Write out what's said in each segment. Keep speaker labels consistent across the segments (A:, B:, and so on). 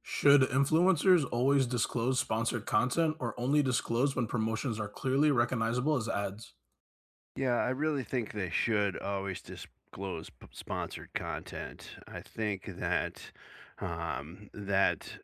A: Should influencers always disclose sponsored content or only disclose when promotions are clearly recognizable as ads?
B: Yeah, I really think they should always disclose sponsored content. I think that that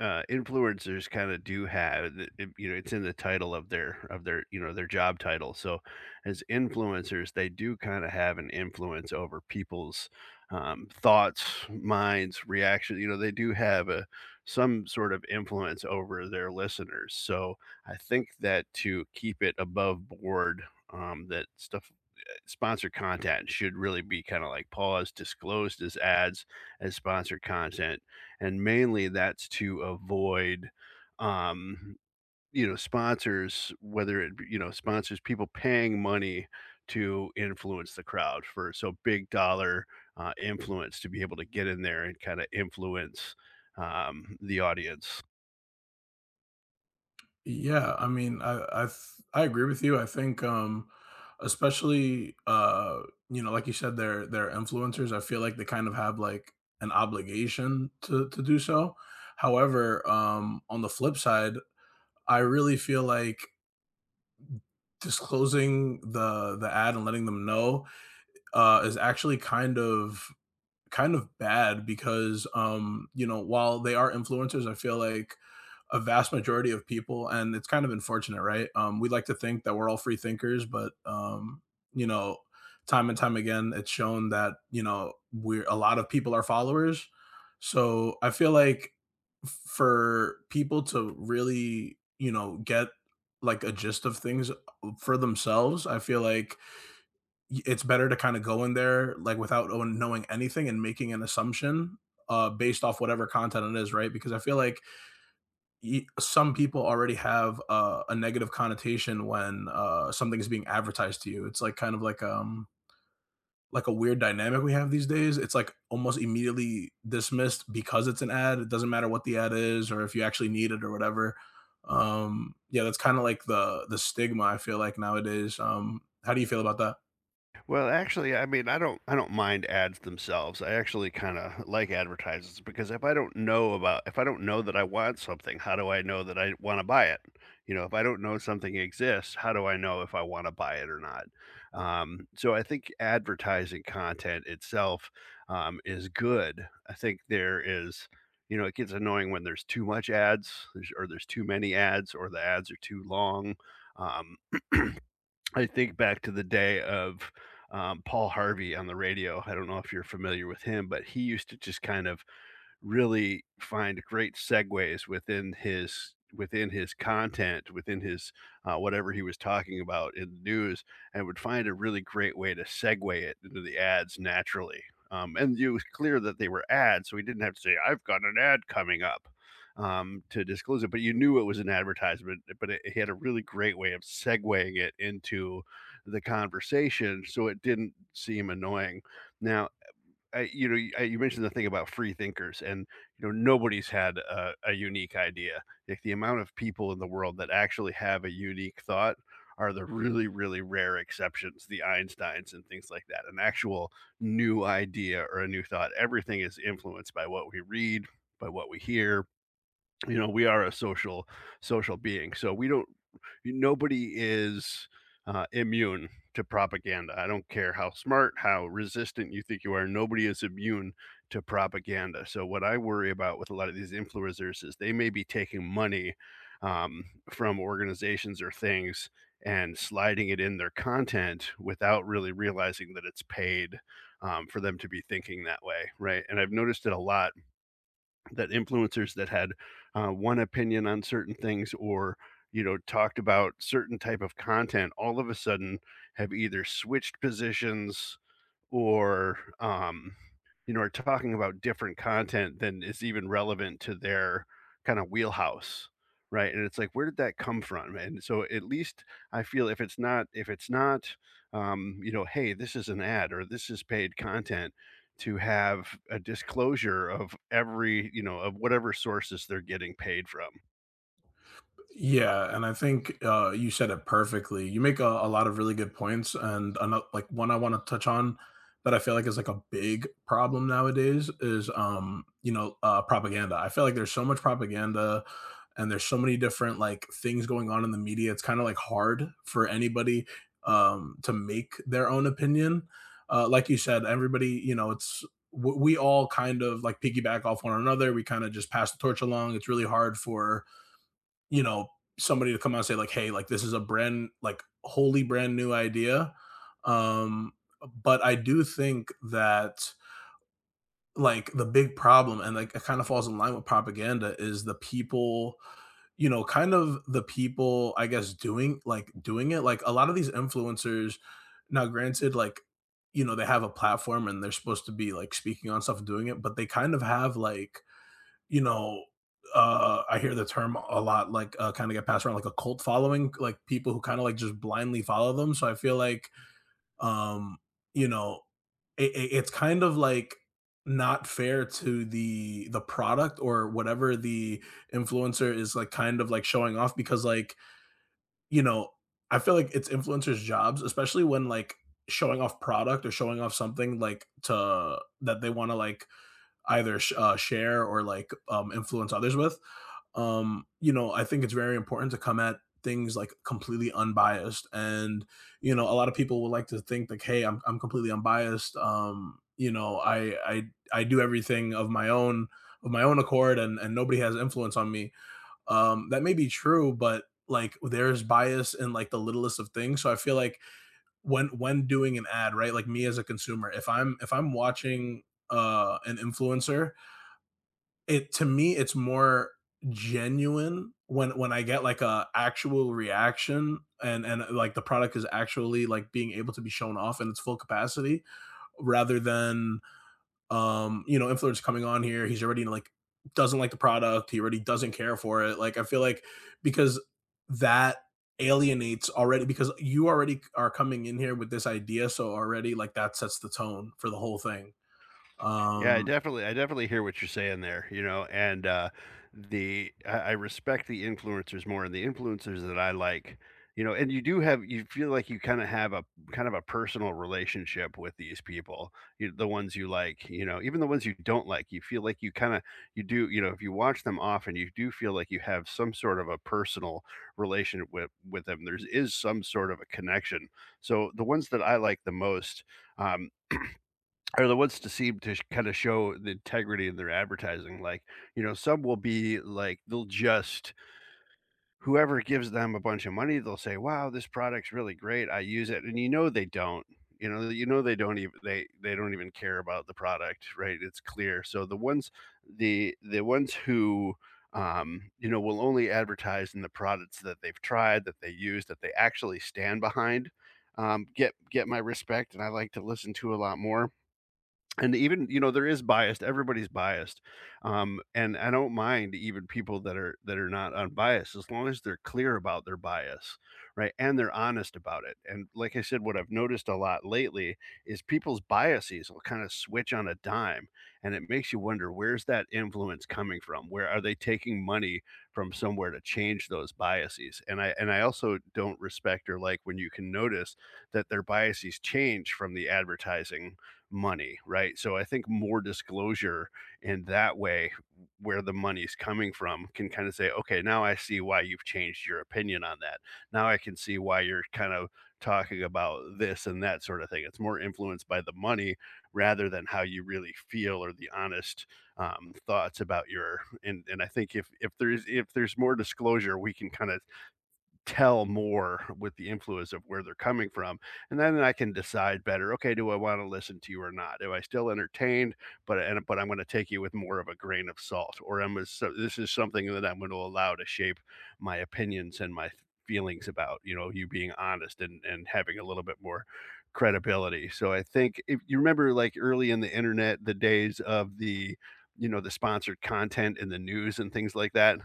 B: uh, influencers kind of do have you know, it's in the title of their you know, their job title. So as influencers they do kind of have an influence over people's thoughts, minds, reaction. You know, they do have a some sort of influence over their listeners. So I think that to keep it above board, that stuff, sponsored content should really be kind of like paused, disclosed as ads, as sponsored content. And mainly that's to avoid, um, you know, sponsors, whether it be, you know, sponsors, people paying money to influence the crowd for so big dollar influence to be able to get in there and kind of influence the audience.
A: Yeah, I mean, I agree with you. I think especially you know, like you said, they're influencers. I feel like they kind of have like an obligation to do so. However, on the flip side, I really feel like disclosing the ad and letting them know is actually kind of bad because you know, while they are influencers, I feel like a vast majority of people, and it's kind of unfortunate, right? We like to think that we're all free thinkers, but you know, time and time again it's shown that, you know, we're a lot of people are followers. So I feel like for people to really, you know, get like a gist of things, for themselves, I feel like it's better to kind of go in there like without knowing anything and making an assumption based off whatever content it is, right? Because I feel like some people already have a negative connotation when something is being advertised to you. It's like kind of like a weird dynamic we have these days. It's like almost immediately dismissed because it's an ad. It doesn't matter what the ad is or if you actually need it or whatever. Yeah, that's kind of like the stigma I feel like nowadays. How do you feel about that?
B: Well, actually, I mean, I don't mind ads themselves. I actually kind of like advertisements, because if I don't know about if I don't know that I want something, how do I know that I want to buy it? You know, if I don't know something exists, how do I know if I want to buy it or not? So I think advertising content itself is good. I think there is, you know, it gets annoying when there's too much ads or there's too many ads, or the ads are too long. Um, I think back to the day of, Paul Harvey on the radio. I don't know if you're familiar with him, but he used to just kind of really find great segues within his content, within his whatever he was talking about in the news, and would find a really great way to segue it into the ads naturally. And it was clear that they were ads, so he didn't have to say, "I've got an ad coming up." To disclose it, but you knew it was an advertisement. He had a really great way of segueing it into the conversation, so it didn't seem annoying. Now, you know, you mentioned the thing about free thinkers, and you know, nobody's had a unique idea. Like the amount of people in the world that actually have a unique thought are the really, really rare exceptions, the Einsteins and things like that. An actual new idea or a new thought. Everything is influenced by what we read, by what we hear. You know, we are a social being. So we don't, nobody is immune to propaganda. I don't care how smart, how resistant you think you are, nobody is immune to propaganda. So what I worry about with a lot of these influencers is they may be taking money um, from organizations or things, and sliding it in their content without really realizing that it's paid for them to be thinking that way. Right? And I've noticed it a lot, that influencers that had one opinion on certain things, or you know, talked about certain type of content all of a sudden have either switched positions or you know, are talking about different content than is even relevant to their kind of wheelhouse, right? And it's like, where did that come from? And so at least I feel if it's not you know, hey, this is an ad or this is paid content, to have a disclosure of every, you know, of whatever sources they're getting paid from.
A: Yeah, and I think you said it perfectly. You make a lot of really good points, and another like one I want to touch on that I feel like is like a big problem nowadays is, you know, propaganda. I feel like there's so much propaganda, and there's so many different like things going on in the media. It's kind of like hard for anybody to make their own opinion. Like you said, everybody, you know, it's we all kind of like piggyback off one another. We kind of just pass the torch along. It's really hard for, you know, somebody to come out and say like, "Hey, like this is a brand, like wholly brand new idea." Um, but I do think that like the big problem, and like it kind of falls in line with propaganda, is the people, you know, kind of the people, I guess, doing like doing it, like a lot of these influencers. Now granted, like, you know, they have a platform and they're supposed to be like speaking on stuff and doing it, but they kind of have like, you know, I hear the term a lot, like kind of get passed around, like a cult following, like people who kind of like just blindly follow them. So I feel like, um, you know, it's kind of like not fair to the product or whatever the influencer is like kind of like showing off, because like, you know, I feel like it's influencers' jobs, especially when like showing off product or showing off something, like to that they want to like either share or like influence others with. Um, you know, I think it's very important to come at things like completely unbiased. And, you know, a lot of people would like to think like, hey, I'm completely unbiased. You know, I do everything of my own accord, and nobody has influence on me. That may be true, but like there's bias in like the littlest of things. So I feel like when doing an ad, right? Like me as a consumer, if I'm watching an influencer, it, to me it's more genuine when I get like a actual reaction, and like the product is actually like being able to be shown off in its full capacity, rather than, you know, influencer coming on here, he's already like doesn't like the product, he already doesn't care for it. Like I feel like because that alienates already, because you already are coming in here with this idea, so already like that sets the tone for the whole thing.
B: Yeah, I
A: um
B: definitely, I definitely hear what you're saying there. You know, and I respect the influencers more, and the influencers that I like, you know, and you do have, you feel like you kind of have a kind of a personal relationship with these people. You, the ones you like, you know, even the ones you don't like, you feel like you kind of you do, you know, if you watch them often, you do feel like you have some sort of a personal relationship with them. There's is some sort of a connection. So the ones that I like the most. Um, are the ones to seem to kinda show the integrity in their advertising, like, you know, some will be like, they'll just whoever gives them a bunch of money, they'll say, "Wow, this product's really great, I use it," and you know they don't, you know they don't even they don't even care about the product, right? It's clear. So the ones, the ones who, you know, will only advertise in the products that they've tried, that they use, that they actually stand behind, get my respect, and I like to listen to a lot more. And even, you know, there is biased, everybody's biased. And I don't mind even people that are not unbiased, as long as they're clear about their bias, right? And they're honest about it. And like I said, what I've noticed a lot lately is people's biases will kind of switch on a dime, and it makes you wonder, where's that influence coming from? Where are they taking money from somewhere to change those biases? And I also don't respect or like when you can notice that their biases change from the advertising money, right? So I think more disclosure in that way, where the money's coming from, can kind of say, okay, now I see why you've changed your opinion on that. Now I can see why you're kind of talking about this and that sort of thing. It's more influenced by the money rather than how you really feel or the honest thoughts about your. And I think if if there's more disclosure, we can kind of tell more with the influence of where they're coming from. And then I can decide better, okay, do I want to listen to you or not? Am I still entertained, but and but I'm going to take you with more of a grain of salt, or am I, so this is something that I'm going to allow to shape my opinions and my feelings about. You know, you being honest and having a little bit more credibility. So I think if you remember, like early in the internet, the days of the, you know, the sponsored content in the news and things like that.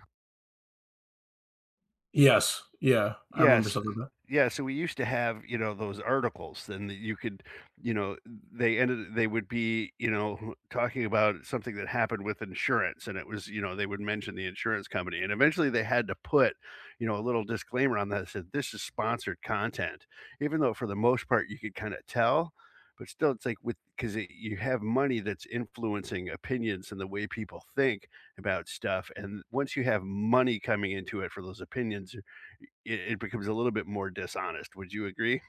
A: yes, yeah, I remember
B: Yes.
A: something like.
B: Yeah, so we used to have, you know, those articles then that you could, you know, they ended they would be, you know, talking about something that happened with insurance, and it was, you know, they would mention the insurance company and eventually they had to put, you know, a little disclaimer on that that said this is sponsored content, even though for the most part you could kind of tell. But still, it's like with, because you have money that's influencing opinions and the way people think about stuff, and once you have money coming into it for those opinions, it becomes a little bit more dishonest. Would you agree?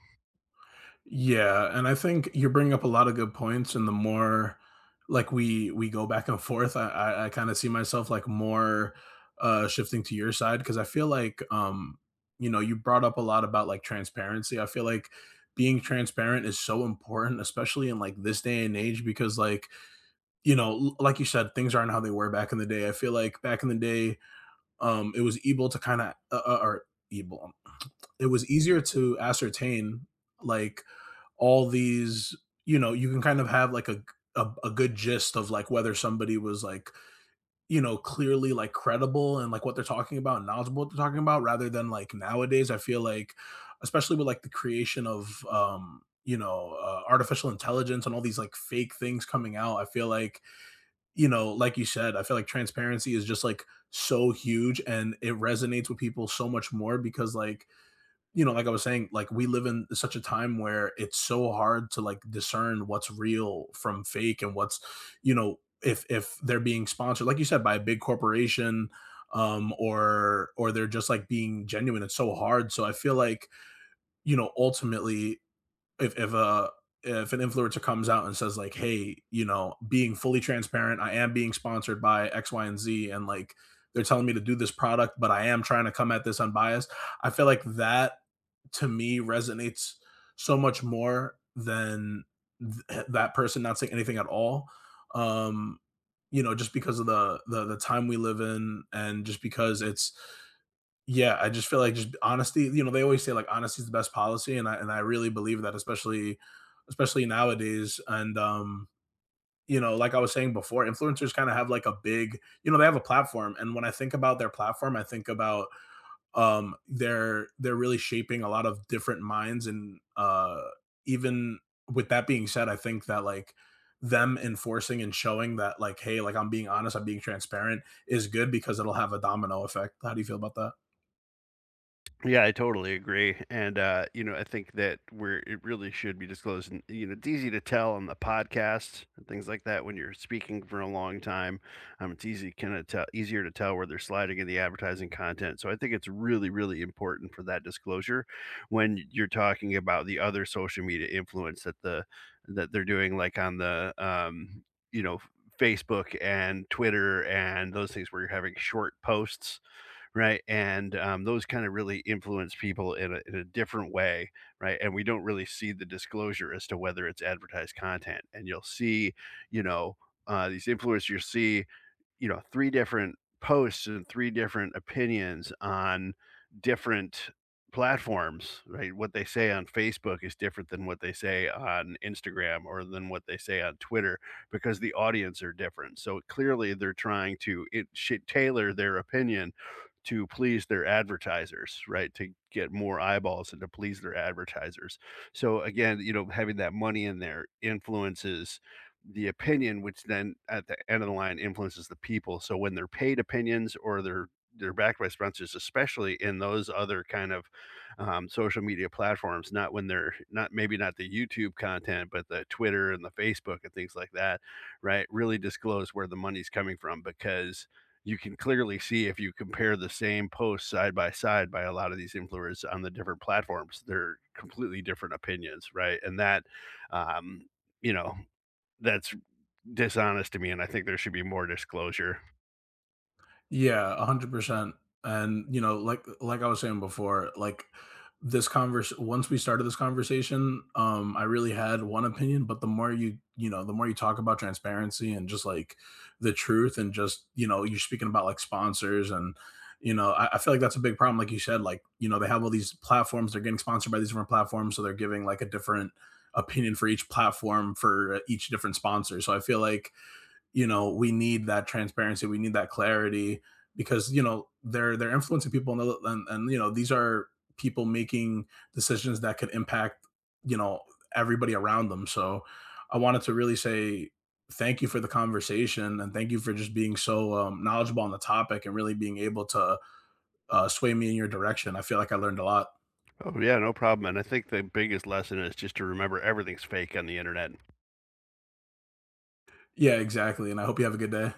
A: Yeah, and I think you bring up a lot of good points, and the more like we go back and forth, I kind of see myself like more shifting to your side, because I feel like, you know, you brought up a lot about like transparency. I feel like being transparent is so important, especially in like this day and age, because like, you know, like you said, things aren't how they were back in the day. I feel like back in the day, it was able to kind of or evil, it was easier to ascertain like all these, you know, you can kind of have like a good gist of like whether somebody was like, you know, clearly like credible and like what they're talking about and knowledgeable what they're talking about, rather than like nowadays I feel like, especially with like the creation of, you know, artificial intelligence and all these like fake things coming out. I feel like, you know, like you said, I feel like transparency is just like so huge, and it resonates with people so much more, because like, you know, like I was saying, like we live in such a time where it's so hard to like discern what's real from fake and what's, you know, if they're being sponsored, like you said, by a big corporation, or they're just like being genuine. It's so hard. So I feel like, you know, ultimately, if if a if an influencer comes out and says like, hey, you know, being fully transparent, I am being sponsored by X, Y, and Z, and like they're telling me to do this product, but I am trying to come at this unbiased. I feel like that to me resonates so much more than that person not saying anything at all. Um, you know, just because of the, the time we live in, and just because it's, yeah, I just feel like just honesty. You know, they always say like honesty is the best policy, and I really believe that, especially nowadays. And you know, like I was saying before, influencers kind of have like a big, you know, they have a platform, and when I think about their platform, I think about, they're really shaping a lot of different minds, and, even with that being said, I think that, like, them enforcing and showing that, like, "Hey, like, I'm being honest, I'm being transparent," is good because it'll have a domino effect. How do you feel about that?
B: Yeah, I totally agree. And, you know, I think that we're, it really should be disclosed. And, you know, it's easy to tell on the podcasts and things like that when you're speaking for a long time. It's easy, kind of tell, easier to tell where they're sliding in the advertising content. So I think it's really, really important for that disclosure when you're talking about the other social media influence that the, that they're doing, like on the, you know, Facebook and Twitter and those things where you're having short posts, right? And those kind of really influence people in a different way, right? And we don't really see the disclosure as to whether it's advertised content. And you'll see, you know, these influencers, you'll see, you know, three different posts and three different opinions on different platforms, right? What they say on Facebook is different than what they say on Instagram or than what they say on Twitter, because the audience are different. So clearly they're trying to it should tailor their opinion to please their advertisers, right? To get more eyeballs and to please their advertisers. So again, you know, having that money in there influences the opinion, which then at the end of the line influences the people. So when they're paid opinions, or they're backed by sponsors, especially in those other kind of social media platforms. Not when they're not maybe not the YouTube content, but the Twitter and the Facebook and things like that, right? Really disclose where the money's coming from, because you can clearly see if you compare the same post side by side by a lot of these influencers on the different platforms, they're completely different opinions, right? And that um you know, that's dishonest to me, and I think there should be more disclosure.
A: Yeah, 100%. And, you know, like I was saying before, like this convers once we started this conversation, I really had one opinion, but the more you, you know, the more you talk about transparency and just like the truth, and just, you know, you're speaking about like sponsors, and you know, I feel like that's a big problem. Like you said, like, you know, they have all these platforms, they're getting sponsored by these different platforms, so they're giving like a different opinion for each platform, for each different sponsor. So I feel like, you know, we need that transparency, we need that clarity, because you know they're influencing people, and you know these are people making decisions that could impact, you know, everybody around them. So I wanted to really say thank you for the conversation, and thank you for just being so, knowledgeable on the topic, and really being able to sway me in your direction. I feel like I learned a lot.
B: Oh, yeah, no problem. And I think the biggest lesson is just to remember everything's fake on the internet.
A: Yeah, exactly, and I hope you have a good day.